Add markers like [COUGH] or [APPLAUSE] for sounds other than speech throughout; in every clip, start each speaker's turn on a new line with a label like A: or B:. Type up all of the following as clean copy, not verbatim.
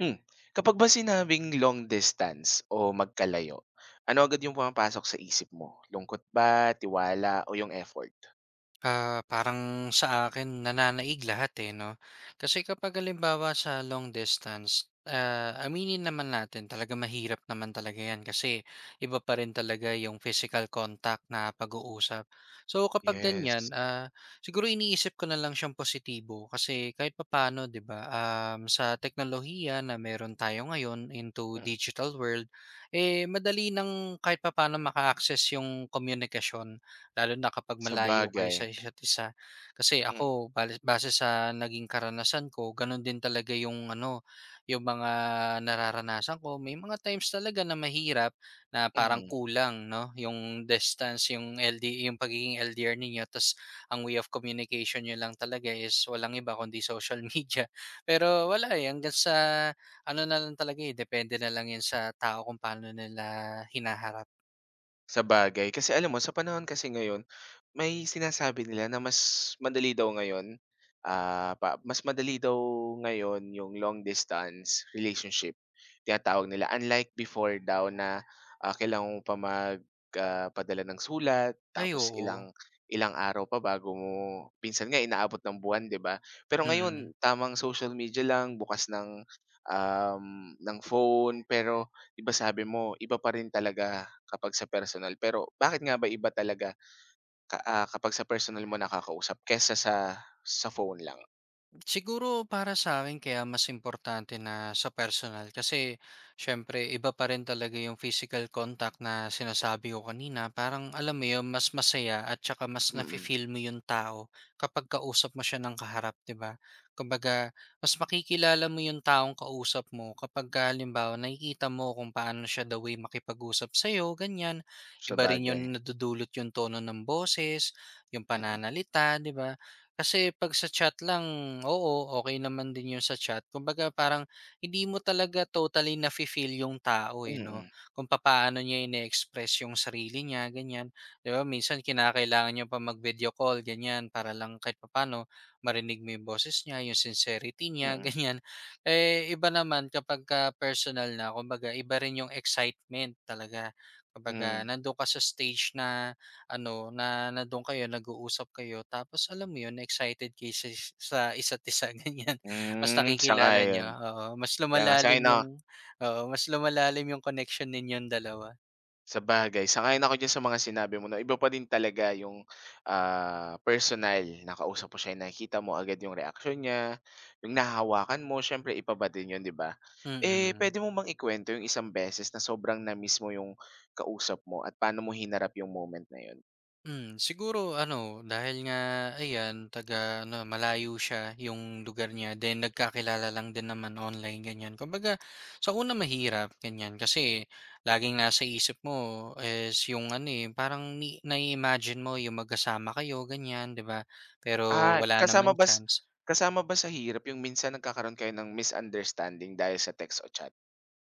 A: Hmm. Kapag ba sinabing long distance o magkalayo, ano agad yung pumapasok sa isip mo? Lungkot ba, tiwala o yung effort?
B: Ah, parang sa akin nananaig lahat, eh, 'no? Kasi kapag halimbawa sa long distance, aminin naman natin talaga mahirap naman talaga 'yan kasi iba pa rin talaga yung physical contact na pag-uusap. So kapag ganyan,
A: Yes.
B: siguro iniisip ko na lang siyang positibo kasi kahit papaano, 'di ba, sa teknolohiya na meron tayo ngayon into
A: Mm.
B: digital world, eh, madali nang kahit papaano maka-access yung komunikasyon. Lalo na kapag
A: Sa
B: malayo kayo
A: bagay.
B: sa isa't isa. Kasi
A: Mm.
B: ako bale base sa naging karanasan ko gano'n din talaga yung ano, yung mga nararanasan ko. May mga times talaga na mahirap na parang
A: Mhm.
B: kulang 'no, yung distance, yung LD yung pagiging LDR ninyo ta's ang way of communication niyo lang talaga is walang iba kundi social [LAUGHS] media. Pero wala, eh, hangga't sa ano na lang talaga, eh, depende na lang 'yan sa tao kung paano nila hinaharap.
A: Sabagay, kasi alam mo sa panahon kasi ngayon, may sinasabi nila na mas madali daw ngayon, pa mas madali daw ngayon yung long distance relationship, tinatawag nila. Unlike before daw na, kailangan mo pa mag padala ng sulat,
B: Ay,
A: tapos
B: oo.
A: ilang ilang araw pa bago mo pinsan nga inaabot ng buwan, 'di ba? Pero
B: Mm.
A: ngayon tamang social media lang, bukas um, ng phone, pero 'di ba sabi mo iba pa rin talaga kapag sa personal. Pero bakit nga ba iba talaga kapag sa personal mo nakakausap kesa sa phone lang?
B: Siguro para sa akin kaya mas importante na sa personal kasi siyempre iba pa rin talaga yung physical contact na sinasabi ko kanina. Parang alam mo yun, mas masaya at tsaka mas
A: Mm.
B: nafi-feel mo yung tao kapag kausap mo siya ng kaharap, 'di ba? Kumbaga mas makikilala mo yung taong kausap mo kapag kapagka halimbawa nakikita mo kung paano siya the way makipag-usap sa ganyan.
A: Sa
B: Iba rin
A: bagay.
B: yung nadudulot yung tono ng boses, yung
A: Mm,
B: pananalita, 'di ba? Kasi 'pag sa chat lang, oo, okay naman din 'yun sa chat. Kumbaga parang hindi mo talaga totally nafi-feel yung tao, eh, 'no,
A: mm,
B: kung paano niya ine-express yung sarili niya, ganiyan. 'Di ba minsan kinakailangan niya pa mag-video call, ganiyan, para lang kahit papaano marinig mo yung boses niya, yung sincerity
A: mm,
B: niya, [LAUGHS]
A: mm.
B: ganiyan. Eh, iba naman kapagka personal na, kumbaga iba rin yung excitement talaga.
A: Hmm.
B: Kumbaga nando'n ka sa stage na ano, na na do'n kayo nag-uusap kayo tapos alam mo 'yun excited kayo sa isa't isa [LAUGHS] ganiyan. Mas
A: Hmm,
B: nakikilala
A: sang-ayon.
B: niyo, oo, mas
A: Kaya nga
B: lumalalim
A: sang-ayon.
B: yung oo, mas lumalalim yung connection ninyong dalawa.
A: Sabagay, sang-ayon ako diyan sa mga sinabi mo 'no. Iba pa din talaga yung, personal na kausap mo siya, nakikita mo agad yung reaksyon niya, yung nahahawakan mo siyempre iba pa din yun, 'di ba? Eh,
B: Mm.
A: puwede mo bang ikwento yung isang beses na sobrang na-miss mo yung kausap mo at paano mo hinarap yung moment na yun?
B: Hmm, siguro ano, dahil nga ayan, taga ano, malayo siya yung lugar niya, then nagkakilala lang din naman online, ganyan. Kumbaga, sa una mahirap, ganyan. Kasi laging nasa isip mo is yung ano eh, parang nai-imagine mo yung magkasama kayo, ganyan, di ba? Pero
A: Ah,
B: wala
A: kasama
B: naman
A: ba s
B: chance.
A: Kasama ba sa hirap yung minsan nagkakaroon kayo ng misunderstanding dahil sa text o chat?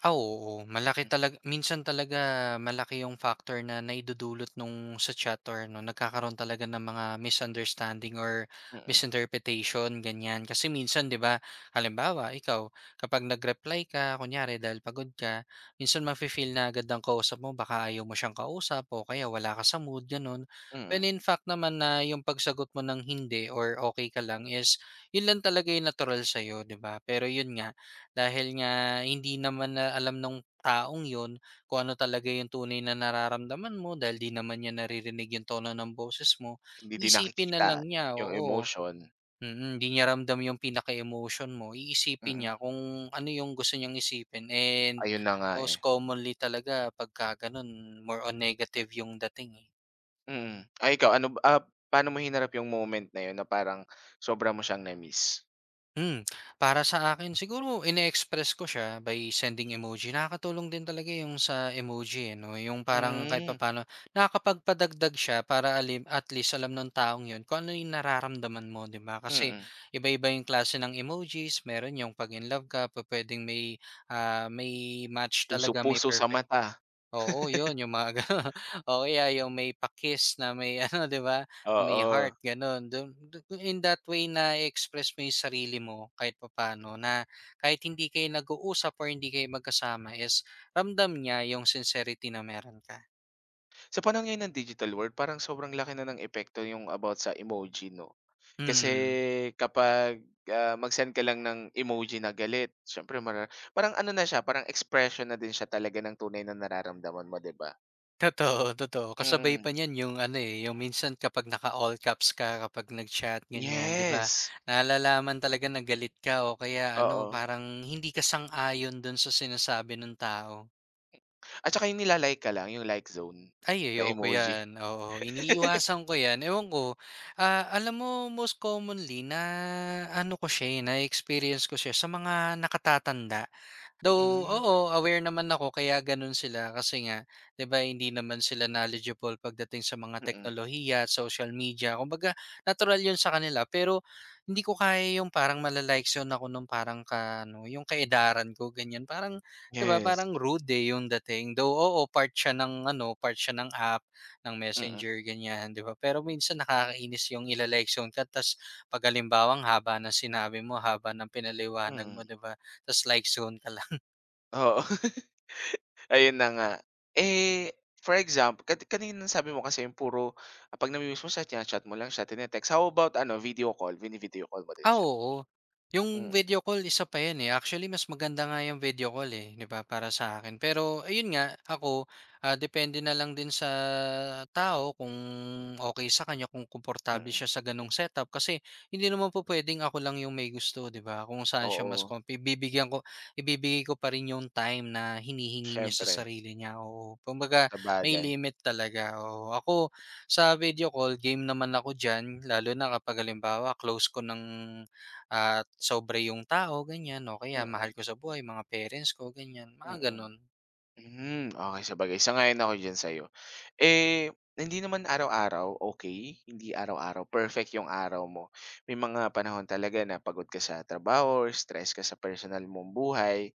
B: Ah, oo. Malaki
A: Hmm.
B: talaga minsan talaga malaki yung factor na naidudulot nung sa chat or ano, nagkakaroon talaga ng mga misunderstanding or
A: Mm, mm.
B: misinterpretation, ganyan. Kasi minsan, di ba, halimbawa, ikaw, kapag nag-reply ka, kunyari dahil pagod ka, minsan mafe-feel na agad ang kausap mo, baka ayaw mo siyang kausap o kaya wala ka sa mood, ganun. When
A: Mm.
B: in fact naman na yung pagsagot mo ng hindi or okay ka lang is, yun lang talaga yung natural sa'yo, di ba? Pero yun nga, dahil nga hindi naman na alam ng taong yon kung ano talaga yung tunay na nararamdaman mo dahil di naman niya naririnig yung tono ng boses mo,
A: Hindi din
B: isipin na
A: nakikita
B: lang niya,
A: yung
B: oo.
A: emotion.
B: Mm, hindi niya ramdam yung pinaka-emotion mo,
A: Mm.
B: iisipin
A: Mm.
B: niya kung ano yung gusto niyang isipin and
A: Ayun na nga, eh.
B: most commonly talaga pagka ganun, more on negative yung dating, eh.
A: Mm. Ay, ikaw ano ba paano mo hinarap yung moment na yun na parang sobra mo siyang na-miss?
B: Hmm, para sa akin siguro ine-express ko siya by sending emoji. Nakakatulong din talaga yung sa emoji, eh, 'no, yung parang kahit
A: Hmm.
B: papaano nakakapagpadagdag siya para alim at least alam ng taong yun kung ano yung nararamdaman mo, 'di ba? Kasi
A: Mm.
B: iba-iba yung klase ng emojis, meron yung 'pag in love ka, pwedeng may, may match talaga, may
A: Puso-puso sa
B: perfect.
A: mata,
B: Oo, 'yun yung mga gano'n [LAUGHS] o kaya yung may pakis na may [LAUGHS] ano, 'di ba, na may
A: oo.
B: heart gano'n. Dun in that way na express mo yung sarili mo kahit papaano na kahit hindi kayo nag-uusap or hindi kayo magkasama is ramdam niya yung sincerity na meron ka.
A: Sa panahon ngayon ng digital world parang sobrang laki na ng epekto yung about sa emoji, 'no? Kasi
B: Hmm.
A: kapag, mag-send ka lang ng emoji na galit siyempre parang ano na siya, parang expression na din siya talaga ng tunay na nararamdaman mo, 'di ba?
B: Totoo, totoo. Kasabay
A: Mm.
B: pa niyan yung ano, eh, yung minsan kapag naka-all caps ka kapag nag-chat ganyan, 'di ba,
A: Yes,
B: nalalaman talaga na galit ka o kaya ano,
A: oo.
B: parang hindi ka sang-ayon dun sa sinasabi ng tao.
A: At saka yung nila ka lang, yung like zone
B: Ay,
A: na
B: ayoko
A: emoji.
B: yan, oo.
A: [LAUGHS]
B: Iniiwasan ko yan, ewan ko, alam mo most commonly na ano ko siya, eh, na-experience ko siya sa mga nakatatanda. Though,
A: Hmm.
B: oo, aware naman ako kaya gano'n sila kasi nga 'di ba hindi naman sila knowledgeable pagdating sa mga
A: Mm.
B: teknolohiya at social media. Kumbaga natural 'yun sa kanila pero hindi ko kaya yung parang mala-likezone ako nung parang ka ano, yung kaedaran ko ganyan. Parang 'di ba
A: Yes,
B: parang rude, eh, yung dating. Though, oo, part siya ng ano, part siya ng app, ng
A: mm,
B: messenger ganyan 'di ba. Pero minsan nakakainis yung ila-likezone ka ta's 'pag halimbawang haba ng sinabi mo, haba ng pinaliwanag mo
A: mm.
B: 'di ba ta's likezone ka lang.
A: Oo. [LAUGHS] Ayun na nga. Eh, for example kanina sabi mo kasi yung puro 'pag namimiss mo siya china-chat mo lang siya, how about ano, vini-video call mo din
B: Ah,
A: siya?
B: oo. Yung
A: Mm,
B: video call isa pa 'yan, eh. Actually mas maganda nga yung video call, eh, 'di ba, para sa akin. Pero ayun nga, ako, depende na lang din sa tao kung okay sa kanya, kung komportable
A: mm.
B: siya sa gano'ng setup. Kasi hindi naman po puwedeng ako lang yung may gusto, 'di ba? Kung saan siya mas
A: Oo,
B: comfy bibigyan ko ibibigay ko pa rin yung time na hinihingi niya sa
A: siyempre,
B: sarili niya, oo. Kumbaga may
A: sabagay.
B: limit talaga, oo. Ako sa video call, game naman ako diyan lalo na kapag halimbawa close ko ng, sobra yung tao ganyan o kaya mahal
A: Mm,
B: ko sa buhay, mga parents ko ganyan, mga
A: mm.
B: gano'n.
A: Hmm, okey. Sabagay, sang-ayon ako diyan sa'yo. Eh, hindi naman araw-araw okay? Hindi araw-araw perfect yung araw mo. May mga panahon talaga na pagod ka sa trabaho or stress ka sa personal mong buhay.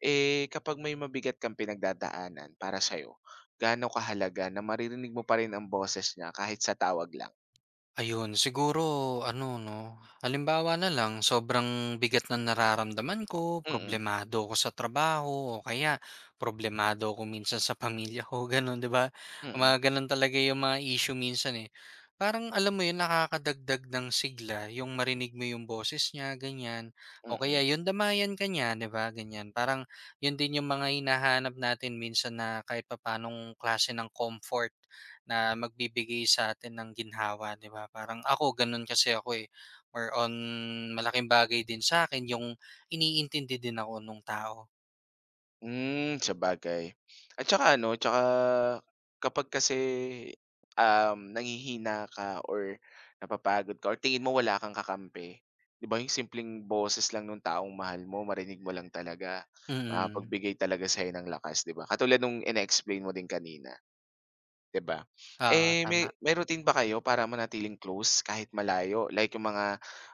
A: Eh, kapag may mabigat kang pinagdadaanan para sa'yo, gaano kahalaga na maririnig mo pa rin ang boses niya kahit sa tawag lang?
B: Ayun, siguro ano 'no, halimbawa na lang sobrang bigat ng nararamdaman ko,
A: Mm,
B: problemado ako sa trabaho o kaya problemado ako minsan sa pamilya ko [LAUGHS] gano'n 'di ba?
A: mm,
B: Mga gano'n talaga yung mga issue minsan, eh. Parang alam mo yun, nakakadagdag ng sigla yung marinig mo yung boses niya ganyan o kaya
A: mm.
B: yung damayan ka niya 'di ba, ganyan. Parang yun din yung mga hinahanap natin minsan na kahit papaanong klase ng comfort. Na magbibigay sa'tin ng ginhawa, 'di ba? Parang ako gano'n kasi ako, eh, more on malaking bagay din sa akin yung iniintindi din ako nung tao.
A: Hmm, sabagay. At saka ano, tsaka kapag kasi, nanghihina ka or napapagod ka or tingin mo wala kang kakampi, 'di ba yung simpleng boses lang nung taong mahal mo marinig mo lang talaga,
B: Mm.
A: makapagbigay talaga sa'yo ng lakas, 'di ba? Katulad nung ine-explain mo din kanina, 'di ba? Eh, may
B: Tama.
A: may routine ba kayo para manatiling close kahit malayo? Like yung mga,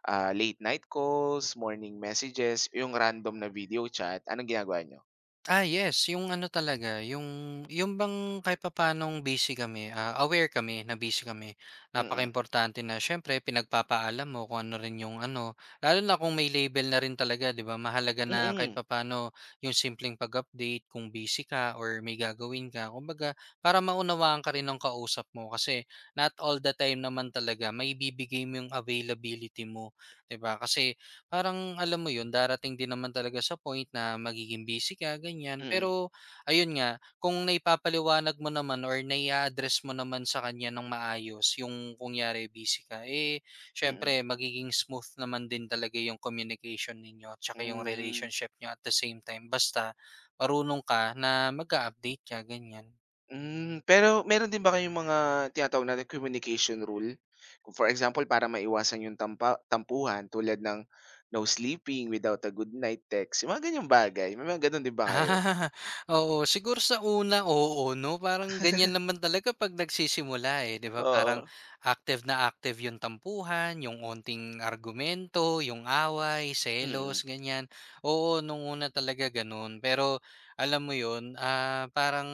A: late night calls, morning messages, yung random na video chat, anong ginagawa niyo?
B: Ah, yes, yung ano talaga, yung bang kahit papaanong busy kami, aware kami na busy kami.
A: Mm.
B: Importante na siyempre pinagpapaalam mo kung ano rin yung ano, lalo na kung may label na rin talaga, 'di ba? Mahalaga na kahit
A: Mm,
B: papano yung simpleng pag-update kung busy ka or may gagawin ka. Kumbaga, para maunawaan ka rin ng kausap mo kasi not all the time naman talaga may bibigay mo yung availability mo, 'di ba? Kasi parang alam mo 'yun, darating din naman talaga sa point na magiging busy ka, ganyan.
A: mm,
B: Pero ayun nga, kung naipapaliwanag mo naman or nai address mo naman sa kanya ng maayos yung kunyari busy ka, eh
A: mm,
B: siyempre magiging smooth naman din talaga yung communication ninyo tsaka yung
A: hmm,
B: relationship niyo at the same time. Basta marunong ka na mag-update ka, ganyan.
A: hmm. Pero meron din ba kayong mga tinatawag natin communication rule? Kung for example, para maiwasan yung tampuhan tulad ng no sleeping without a good night text, yung mga ganyang bagay, may mga gano'n din ba kayo?
B: Ah, oo. Siguro sa una, oo 'no, parang ganyan naman talaga 'pag nagsisimula, eh, 'di ba? Parang
A: Oo,
B: active na active yung tampuhan, yung onting argumento, yung away, selos,
A: mm,
B: ganyan. Oo, nung una talaga gano'n. Pero alam mo 'yun, parang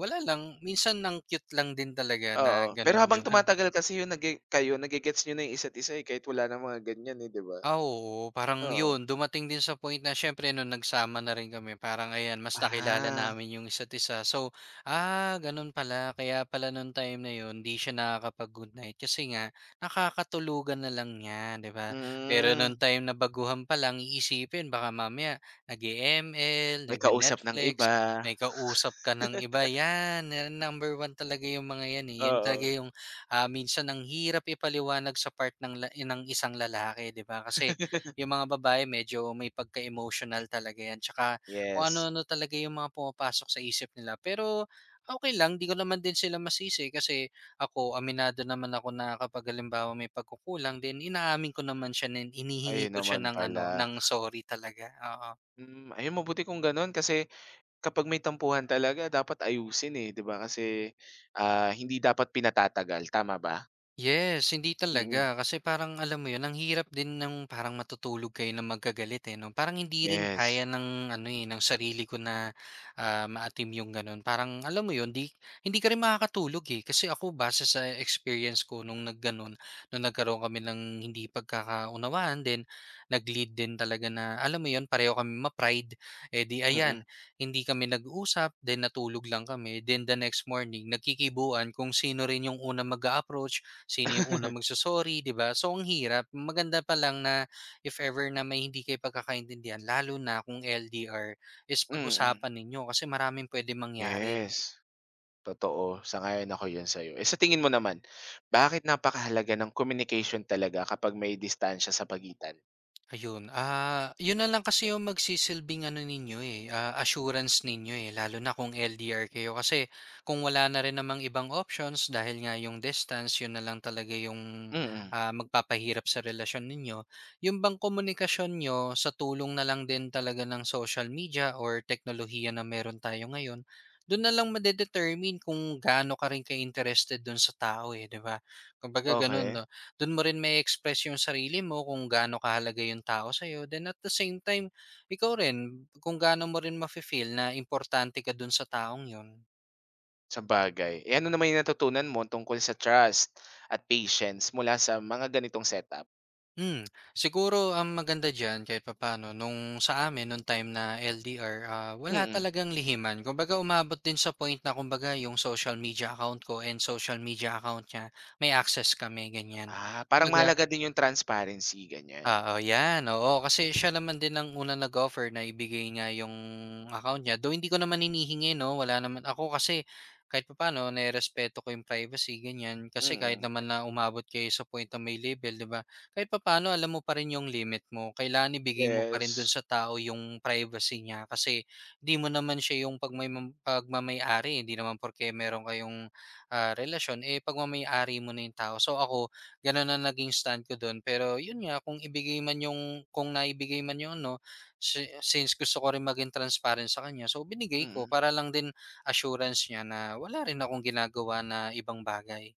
B: wala lang, minsan ang cute lang din talaga na
A: oo. Pero
B: gano'n, 'di
A: habang
B: ba?
A: tumatagal kasi yun kayo nage-gets niyo na yung isa't isa, eh, kahit wala ng mga ganyan, eh, 'di ba?
B: Ah, oo. Parang
A: Oo.
B: yun, dumating din sa point na siyempre nung nagsama na rin kami, parang ayan, mas nakilala
A: Ah,
B: namin yung isa't isa. So, ganun pala. Kaya pala nung time na yun, di siya nakakapag-good night. Kasi nga, nakakatulugan na lang niya, di ba? Pero nung
A: mm,
B: time na baguhan pa lang, iisipin, baka mamaya, nag-ML,
A: may kausap ng
B: nag-Netflix,
A: iba,
B: may kausap ka ng iba. Yan, yan, number one talaga yung mga yan eh. Yun talaga
A: oo.
B: yung minsan ang hirap ipaliwanag sa part ng ng isang lalaki, 'di ba? Kasi
A: [LAUGHS]
B: yung mga babae medyo may pagka-emotional talaga 'yan. Tsaka kung
A: Yes,
B: ano-ano talaga yung mga pumapasok sa isip nila. Pero okay lang, di ko naman din sila masisi kasi ako, aminado naman ako na kapag halimbawa may pagkukulang din, inaamin ko naman siya, inihingi
A: ayun
B: ko siya
A: naman
B: ng ano,
A: pala.
B: ng sorry talaga. Oo.
A: Hmm, ayun mabuti kung gano'n kasi kapag may tampuhan talaga dapat ayusin, eh, 'di ba kasi, hindi dapat pinatatagal, tama ba?
B: Yes, hindi
A: Mm,
B: talaga. Kasi parang alam mo 'yun, ang hirap din ng parang matutulog kayo ng magkagalit, eh, 'no? Parang hindi rin
A: yes,
B: kaya ng ano, eh, ng sarili ko na, ah, ma yung gano'n. Parang alam mo 'yun, hindi ka rin makakatulog, eh. Kasi ako base sa experience ko nung nagganon, nung nagkaroon kami ng hindi pagkakaunawaan, then nag-lead din talaga na alam mo 'yun, pareho kami ma-pride. Eh, 'di ayan,
A: mm.
B: hindi kami nag-usap, then natulog lang kami. Then the next morning, nagkikibuan kung sino rin yung unang mag approach sino yung unang
A: [LAUGHS]
B: magso 'di ba? So ang hirap. Maganda pa lang na if ever na may hindi kayo pagkakaintindihan, lalo na kung LDR, is
A: Mm,
B: pag-usapan ninyo kasi maraming pwede mangyari.
A: yes, totoo, sang-ayon ako diyan sa'yo. Eh, sa tingin mo naman, bakit napakahalaga ng communication talaga kapag may distansya sa pagitan?
B: Ayun, yun na lang kasi yung magsisilbing ano ninyo, eh, assurance ninyo, eh, lalo na kung LDR kayo. Kasi kung wala na rin namang ibang options dahil nga yung distance, yun na lang talaga yung
A: Mm.
B: magpapahirap sa relasyon ninyo. Yung bang komunikasyon nyo sa tulong na lang din talaga ng social media or teknolohiya na meron tayo ngayon, doon na lang madedetermine kung gaano ka rin ka-interested doon sa tao eh, di ba? Kumbaga ganun,
A: Okay.
B: no? Do'n mo rin ma express yung sarili mo kung gaano kahalaga yung tao sa'yo, then at the same time, ikaw rin kung gaano mo rin mafe-feel na importante ka do'n sa taong yun.
A: Sa bagay. Eh, ano naman yung natutunan mo tungkol sa trust at patience mula sa mga ganitong setup?
B: Hmm, siguro ang maganda diyan kahit papaano nung sa amin nung time na LDR, wala
A: Mm.
B: talagang lihiman. Kumbaga umabot din sa point na kumbaga yung social media account ko and social media account niya may access kami, ganyan.
A: Ah, parang
B: Kumbaga,
A: mahalaga din yung transparency, ganyan.
B: oo, 'yan. Oo, kasi siya naman din ang unang nag-offer na ibigay niya yung account niya, though hindi ko naman hinihingi 'no, wala naman ako kasi kahit papaano nirerespeto ko yung privacy, ganyan. Kasi kahit
A: Mm,
B: naman na umabot kayo sa point na may label, 'di ba, kahit papaano alam mo pa rin yung limit mo. Kailangan ibigay mo pa rin dun
A: yes.
B: sa tao yung privacy niya kasi di mo naman siya yung pagmamay-ari, hindi naman porke meron kayong, relasyon, eh, pagmamay-ari mo na yung tao. So, ako gano'n na naging stand ko do'n. Pero 'yun nga, kung naibigay man yun no since gusto ko rin maging transparent sa kanya, so binigay ko
A: Mm.
B: para lang din assurance niya na wala rin akong ginagawa na ibang bagay.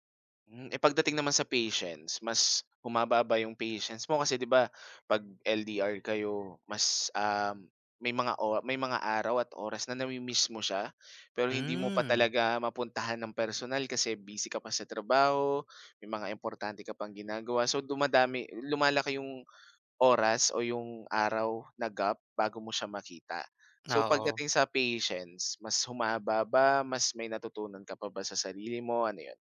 A: Hmm, eh, pagdating naman sa patience, mas humaba ba yung patience mo kasi 'di ba 'pag LDR kayo mas, may mga araw at oras na nami-miss mo siya, pero hindi mo pa
B: Hmm,
A: talaga mapuntahan ng personal kasi busy ka pa sa trabaho, may mga importante ka pang ginagawa. So dumadami lumalaki yung oras o yung araw na gap bago mo siya makita. So
B: oo.
A: pagdating sa patience, mas humaba ba, mas may natutunan ka pa ba sa sarili mo, ano yun?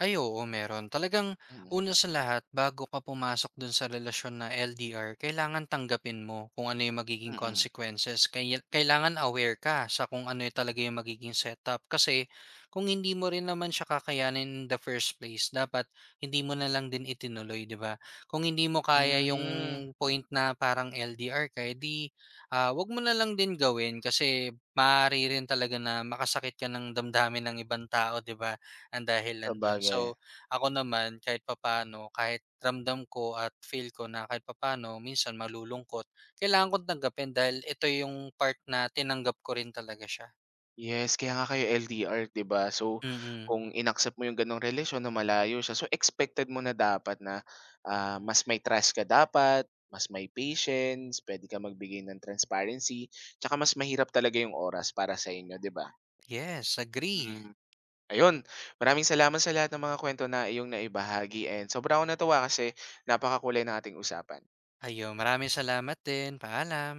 B: Ay, oo, meron. Talagang
A: Mm,
B: una sa lahat, bago ka pumasok dun sa relasyon na LDR, kailangan tanggapin mo kung ano yung magiging
A: mm.
B: consequences. Kailangan aware ka sa kung ano yung talaga yung magiging setup. Kasi kung hindi mo rin naman siya kakayanin in the first place, dapat hindi mo na lang din itinuloy, di ba? Kung hindi mo kaya yung
A: Hmm,
B: point na parang LDR ka, eh di wag mo na lang din gawin kasi maaari rin talaga na makasakit ka ng damdamin ng ibang tao, di ba? Ang dahilan dun.
A: sabagay.
B: So, ako naman kahit papano kahit ramdam ko at feel ko na kahit papano minsan malulungkot, kailangan ko tanggapin dahil ito yung part na tinanggap ko rin talaga siya.
A: Yes, kaya nga kayo LDR, 'di ba? So
B: Mm.
A: kung inaccept mo yung ganong relasyon na malayo siya, so expected mo na dapat na, mas may trust ka dapat, mas may patience, puwede kang magbigay ng transparency, 'tsaka mas mahirap talaga yung oras para sa inyo, 'di ba?
B: Yes, agree.
A: Mm. Ayun, maraming salamat sa lahat ng mga kwento na iyong naibahagi and sobrang akong natuwa kasi napakakulay ng ating usapan.
B: Ayun, maraming salamat din. Paalam.